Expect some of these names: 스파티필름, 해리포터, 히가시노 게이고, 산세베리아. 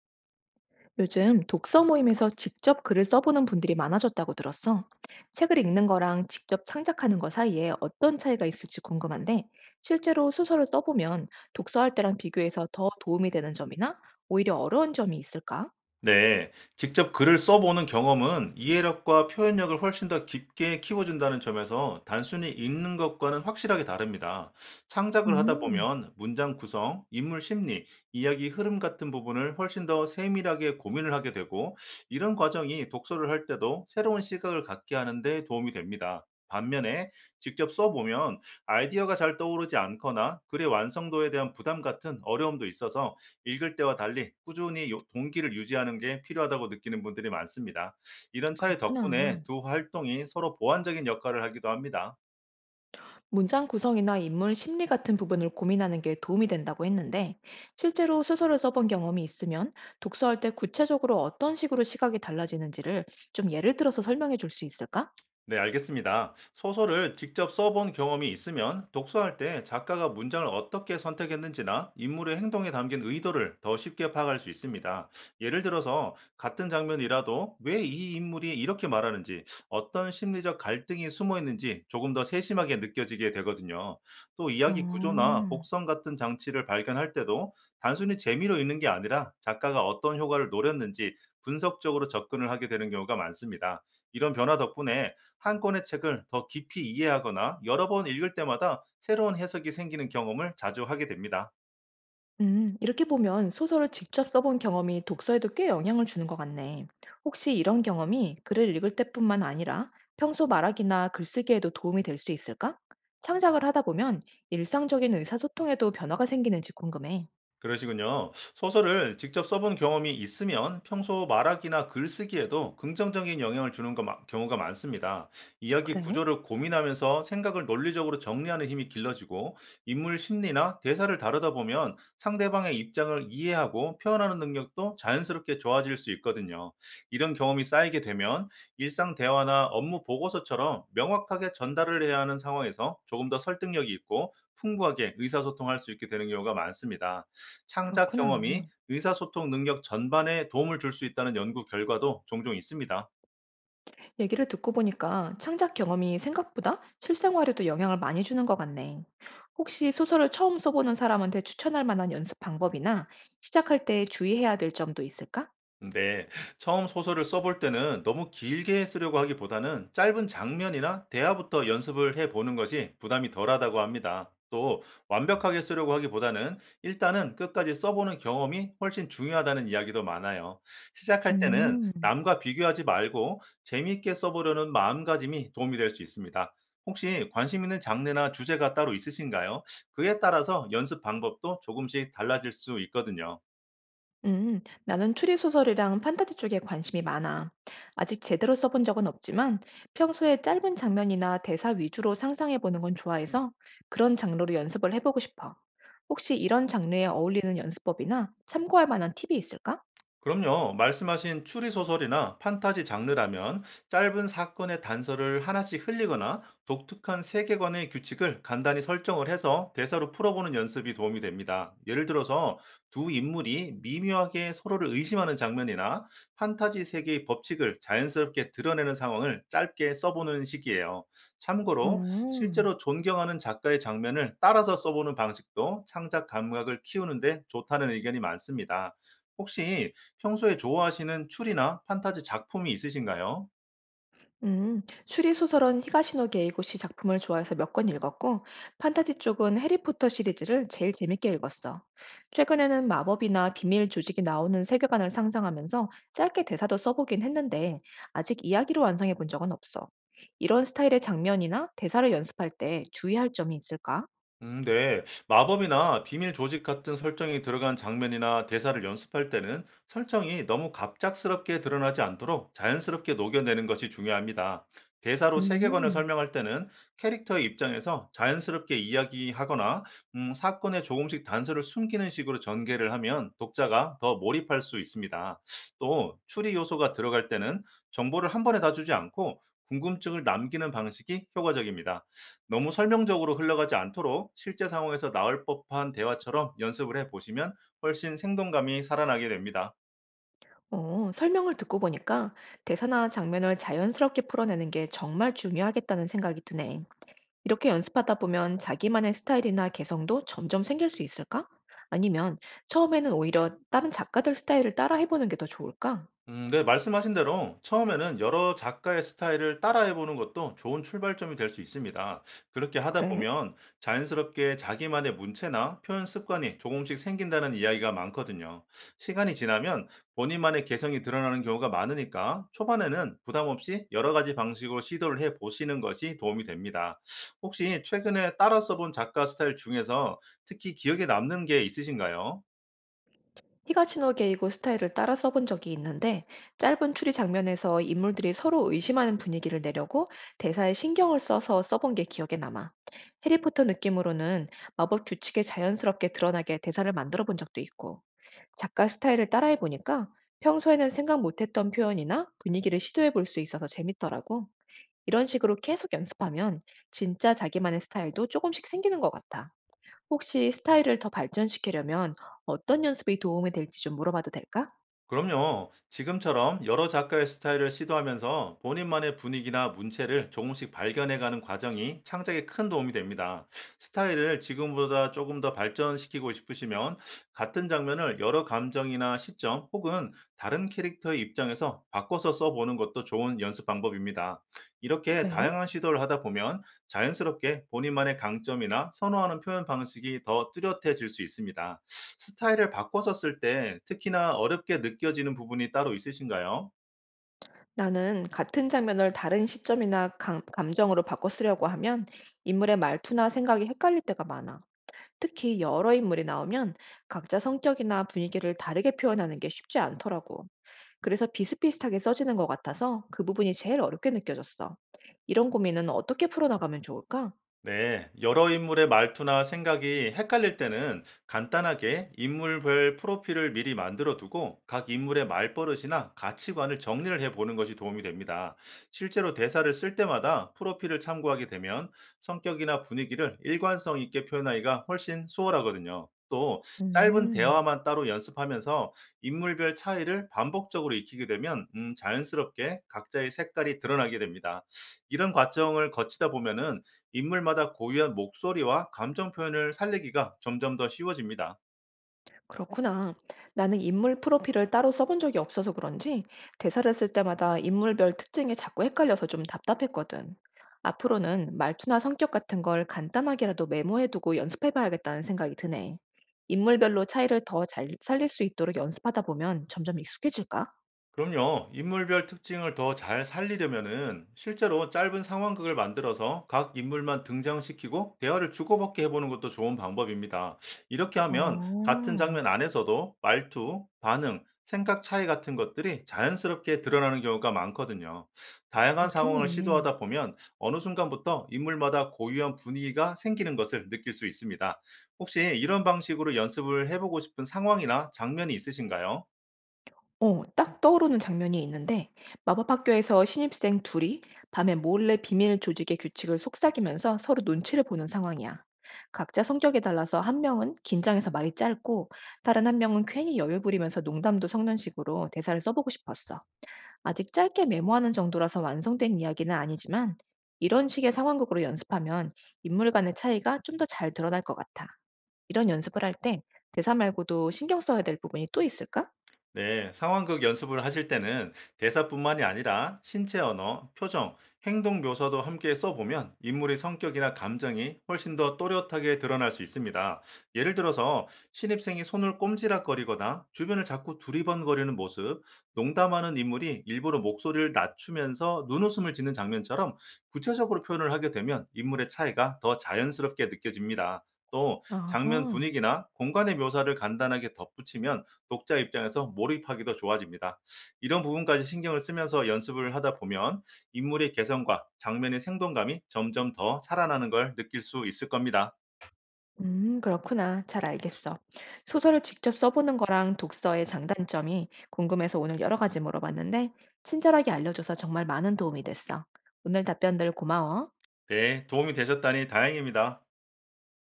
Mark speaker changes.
Speaker 1: 요즘 독서 모임에서 직접 글을 써보는 분들이 많아졌다고 들었어. 책을 읽는 거랑 직접 창작하는 거 사이에 어떤 차이가 있을지 궁금한데, 실제로 소설을 써보면 독서할 때랑 비교해서 더 도움이 되는 점이나 오히려 어려운 점이 있을까?
Speaker 2: 네, 직접 글을 써보는 경험은 이해력과 표현력을 훨씬 더 깊게 키워준다는 점에서 단순히 읽는 것과는 확실하게 다릅니다. 창작을 하다
Speaker 1: 음,
Speaker 2: 보면 문장 구성, 인물 심리, 이야기 흐름 같은 부분을 훨씬 더 세밀하게 고민을 하게 되고, 이런 과정이 독서를 할 때도 새로운 시각을 갖게 하는 데 도움이 됩니다. 반면에 직접 써보면 아이디어가 잘 떠오르지 않거나 글의 완성도에 대한 부담 같은 어려움도 있어서 읽을 때와 달리 꾸준히 동기를 유지하는 게 필요하다고 느끼는 분들이 많습니다. 이런 차이
Speaker 1: 그렇구나.
Speaker 2: 덕분에 두 활동이 서로 보완적인 역할을 하기도 합니다.
Speaker 1: 문장 구성이나 인물 심리 같은 부분을 고민하는 게 도움이 된다고 했는데, 실제로 소설을 써본 경험이 있으면 독서할 때 구체적으로 어떤 식으로 시각이 달라지는지를 좀 예를 들어서 설명해 줄 수 있을까?
Speaker 2: 네, 알겠습니다. 소설을 직접 써본 경험이 있으면 독서할 때 작가가 문장을 어떻게 선택했는지나 인물의 행동에 담긴 의도를 더 쉽게 파악할 수 있습니다. 예를 들어서 같은 장면이라도 왜 이 인물이 이렇게 말하는지, 어떤 심리적 갈등이 숨어 있는지 조금 더 세심하게 느껴지게 되거든요. 또
Speaker 1: 아.
Speaker 2: 이야기 구조나 복선 같은 장치를 발견할 때도 단순히 재미로 읽는 게 아니라 작가가 어떤 효과를 노렸는지 분석적으로 접근을 하게 되는 경우가 많습니다. 이런 변화 덕분에 한 권의 책을 더 깊이 이해하거나 여러 번 읽을 때마다 새로운 해석이 생기는 경험을 자주 하게 됩니다.
Speaker 1: 이렇게 보면 소설을 직접 써본 경험이 독서에도 꽤 영향을 주는 것 같네. 혹시 이런 경험이 글을 읽을 때뿐만 아니라 평소 말하기나 글쓰기에도 도움이 될 수 있을까? 창작을 하다 보면 일상적인 의사소통에도 변화가 생기는지 궁금해.
Speaker 2: 그러시군요. 소설을 직접 써본 경험이 있으면 평소 말하기나 글쓰기에도 긍정적인 영향을 주는 거 경우가 많습니다. 이야기
Speaker 1: 그래?
Speaker 2: 구조를 고민하면서 생각을 논리적으로 정리하는 힘이 길러지고, 인물 심리나 대사를 다루다 보면 상대방의 입장을 이해하고 표현하는 능력도 자연스럽게 좋아질 수 있거든요. 이런 경험이 쌓이게 되면 일상 대화나 업무 보고서처럼 명확하게 전달을 해야 하는 상황에서 조금 더 설득력이 있고 풍부하게 의사소통할 수 있게 되는 경우가 많습니다. 창작
Speaker 1: 그렇구나.
Speaker 2: 경험이 의사소통 능력 전반에 도움을 줄 수 있다는 연구 결과도 종종 있습니다.
Speaker 1: 얘기를 듣고 보니까 창작 경험이 생각보다 실생활에도 영향을 많이 주는 것 같네. 혹시 소설을 처음 써보는 사람한테 추천할 만한 연습 방법이나 시작할 때 주의해야 될 점도 있을까?
Speaker 2: 네, 처음 소설을 써볼 때는 너무 길게 쓰려고 하기보다는 짧은 장면이나 대화부터 연습을 해보는 것이 부담이 덜하다고 합니다. 또 완벽하게 쓰려고 하기보다는 일단은 끝까지 써보는 경험이 훨씬 중요하다는 이야기도 많아요. 시작할 때는
Speaker 1: 음.
Speaker 2: 남과 비교하지 말고 재미있게 써보려는 마음가짐이 도움이 될 수 있습니다. 혹시 관심 있는 장르나 주제가 따로 있으신가요? 그에 따라서 연습 방법도 조금씩 달라질 수 있거든요.
Speaker 1: 음. 나는 추리 소설이랑 판타지 쪽에 관심이 많아. 아직 제대로 써본 적은 없지만 평소에 짧은 장면이나 대사 위주로 상상해 보는 건 좋아해서 그런 장르로 연습을 해보고 싶어. 혹시 이런 장르에 어울리는 연습법이나 참고할 만한 팁이 있을까?
Speaker 2: 그럼요. 말씀하신 추리소설이나 판타지 장르라면 짧은 사건의 단서를 하나씩 흘리거나 독특한 세계관의 규칙을 간단히 설정을 해서 대사로 풀어보는 연습이 도움이 됩니다. 예를 들어서 두 인물이 미묘하게 서로를 의심하는 장면이나 판타지 세계의 법칙을 자연스럽게 드러내는 상황을 짧게 써보는 식이에요. 참고로
Speaker 1: 어.
Speaker 2: 실제로 존경하는 작가의 장면을 따라서 써보는 방식도 창작 감각을 키우는데 좋다는 의견이 많습니다. 혹시 평소에 좋아하시는 추리나 판타지 작품이 있으신가요?
Speaker 1: 추리 소설은 히가시노 게이고시 작품을 좋아해서 몇 권 읽었고, 판타지 쪽은 해리포터 시리즈를 제일 재밌게 읽었어. 최근에는 마법이나 비밀 조직이 나오는 세계관을 상상하면서 짧게 대사도 써보긴 했는데, 아직 이야기로 완성해 본 적은 없어. 이런 스타일의 장면이나 대사를 연습할 때 주의할 점이 있을까?
Speaker 2: 네. 마법이나 비밀 조직 같은 설정이 들어간 장면이나 대사를 연습할 때는 설정이 너무 갑작스럽게 드러나지 않도록 자연스럽게 녹여내는 것이 중요합니다. 대사로 세계관을
Speaker 1: 음,
Speaker 2: 설명할 때는 캐릭터의 입장에서 자연스럽게 이야기하거나 사건에 조금씩 단서를 숨기는 식으로 전개를 하면 독자가 더 몰입할 수 있습니다. 또 추리 요소가 들어갈 때는 정보를 한 번에 다 주지 않고 궁금증을 남기는 방식이 효과적입니다. 너무 설명적으로 흘러가지 않도록 실제 상황에서 나올 법한 대화처럼 연습을 해 보시면 훨씬 생동감이 살아나게 됩니다.
Speaker 1: 어, 설명을 듣고 보니까 대사나 장면을 자연스럽게 풀어내는 게 정말 중요하겠다는 생각이 드네. 이렇게 연습하다 보면 자기만의 스타일이나 개성도 점점 생길 수 있을까? 아니면 처음에는 오히려 다른 작가들 스타일을 따라 해보는 게 더 좋을까?
Speaker 2: 네. 말씀하신 대로 처음에는 여러 작가의 스타일을 따라해 보는 것도 좋은 출발점이 될 수 있습니다. 그렇게 하다
Speaker 1: 그래.
Speaker 2: 보면 자연스럽게 자기만의 문체나 표현 습관이 조금씩 생긴다는 이야기가 많거든요. 시간이 지나면 본인만의 개성이 드러나는 경우가 많으니까 초반에는 부담 없이 여러 가지 방식으로 시도를 해 보시는 것이 도움이 됩니다. 혹시 최근에 따라 써본 작가 스타일 중에서 특히 기억에 남는 게 있으신가요?
Speaker 1: 히가시노게이고 스타일을 따라 써본 적이 있는데 짧은 추리 장면에서 인물들이 서로 의심하는 분위기를 내려고 대사에 신경을 써서 써본 게 기억에 남아. 해리포터 느낌으로는 마법 규칙에 자연스럽게 드러나게 대사를 만들어 본 적도 있고 작가 스타일을 따라해 보니까 평소에는 생각 못했던 표현이나 분위기를 시도해 볼 수 있어서 재밌더라고. 이런 식으로 계속 연습하면 진짜 자기만의 스타일도 조금씩 생기는 것 같아. 혹시 스타일을 더 발전시키려면 어떤 연습이 도움이 될지 좀 물어봐도 될까?
Speaker 2: 그럼요. 지금처럼 여러 작가의 스타일을 시도하면서 본인만의 분위기나 문체를 조금씩 발견해가는 과정이 창작에 큰 도움이 됩니다. 스타일을 지금보다 조금 더 발전시키고 싶으시면 같은 장면을 여러 감정이나 시점 혹은 다른 캐릭터의 입장에서 바꿔서 써보는 것도 좋은 연습 방법입니다. 이렇게
Speaker 1: 그래?
Speaker 2: 다양한 시도를 하다 보면 자연스럽게 본인만의 강점이나 선호하는 표현 방식이 더 뚜렷해질 수 있습니다. 스타일을 바꿔서 쓸 때 특히나 어렵게 느껴지는 부분이 따로 있으신가요?
Speaker 1: 나는 같은 장면을 다른 시점이나 감, 감정으로 바꿔 쓰려고 하면 인물의 말투나 생각이 헷갈릴 때가 많아. 특히 여러 인물이 나오면 각자 성격이나 분위기를 다르게 표현하는 게 쉽지 않더라고. 그래서 비슷비슷하게 써지는 것 같아서 그 부분이 제일 어렵게 느껴졌어. 이런 고민은 어떻게 풀어나가면 좋을까?
Speaker 2: 네, 여러 인물의 말투나 생각이 헷갈릴 때는 간단하게 인물별 프로필을 미리 만들어 두고 각 인물의 말버릇이나 가치관을 정리를 해 보는 것이 도움이 됩니다. 실제로 대사를 쓸 때마다 프로필을 참고하게 되면 성격이나 분위기를 일관성 있게 표현하기가 훨씬 수월하거든요. 또 짧은
Speaker 1: 음.
Speaker 2: 대화만 따로 연습하면서 인물별 차이를 반복적으로 익히게 되면 자연스럽게 각자의 색깔이 드러나게 됩니다. 이런 과정을 거치다 보면은 인물마다 고유한 목소리와 감정 표현을 살리기가 점점 더 쉬워집니다.
Speaker 1: 그렇구나. 나는 인물 프로필을 따로 써본 적이 없어서 그런지 대사를 쓸 때마다 인물별 특징에 자꾸 헷갈려서 좀 답답했거든. 앞으로는 말투나 성격 같은 걸 간단하게라도 메모해두고 연습해봐야겠다는 생각이 드네. 인물별로 차이를 더 잘 살릴 수 있도록 연습하다 보면 점점 익숙해질까?
Speaker 2: 그럼요. 인물별 특징을 더 잘 살리려면은 실제로 짧은 상황극을 만들어서 각 인물만 등장시키고 대화를 주고받게 해보는 것도 좋은 방법입니다. 이렇게 하면 같은
Speaker 1: 어,
Speaker 2: 장면 안에서도 말투, 반응, 생각 차이 같은 것들이 자연스럽게 드러나는 경우가 많거든요. 다양한 상황을
Speaker 1: 그렇겠네.
Speaker 2: 시도하다 보면 어느 순간부터 인물마다 고유한 분위기가 생기는 것을 느낄 수 있습니다. 혹시 이런 방식으로 연습을 해보고 싶은 상황이나 장면이 있으신가요?
Speaker 1: 어, 딱 떠오르는 장면이 있는데 마법 학교에서 신입생 둘이 밤에 몰래 비밀 조직의 규칙을 속삭이면서 서로 눈치를 보는 상황이야. 각자 성격에 달라서 한 명은 긴장해서 말이 짧고 다른 한 명은 괜히 여유 부리면서 농담도 섞는 식으로 대사를 써 보고 싶었어. 아직 짧게 메모하는 정도라서 완성된 이야기는 아니지만 이런 식의 상황극으로 연습하면 인물 간의 차이가 좀 더 잘 드러날 것 같아. 이런 연습을 할 때 대사 말고도 신경 써야 될 부분이 또 있을까?
Speaker 2: 네, 상황극 연습을 하실 때는 대사뿐만이 아니라 신체 언어, 표정, 행동 묘사도 함께 써보면 인물의 성격이나 감정이 훨씬 더 또렷하게 드러날 수 있습니다. 예를 들어서 신입생이 손을 꼼지락거리거나 주변을 자꾸 두리번거리는 모습, 농담하는 인물이 일부러 목소리를 낮추면서 눈웃음을 짓는 장면처럼 구체적으로 표현을 하게 되면 인물의 차이가 더 자연스럽게 느껴집니다. 또 장면
Speaker 1: 아하.
Speaker 2: 분위기나 공간의 묘사를 간단하게 덧붙이면 독자 입장에서 몰입하기도 좋아집니다. 이런 부분까지 신경을 쓰면서 연습을 하다 보면 인물의 개성과 장면의 생동감이 점점 더 살아나는 걸 느낄 수 있을 겁니다.
Speaker 1: 그렇구나. 잘 알겠어. 소설을 직접 써보는 거랑 독서의 장단점이 궁금해서 오늘 여러 가지 물어봤는데, 친절하게 알려줘서 정말 많은 도움이 됐어. 오늘 답변들 고마워.
Speaker 2: 네, 도움이 되셨다니 다행입니다.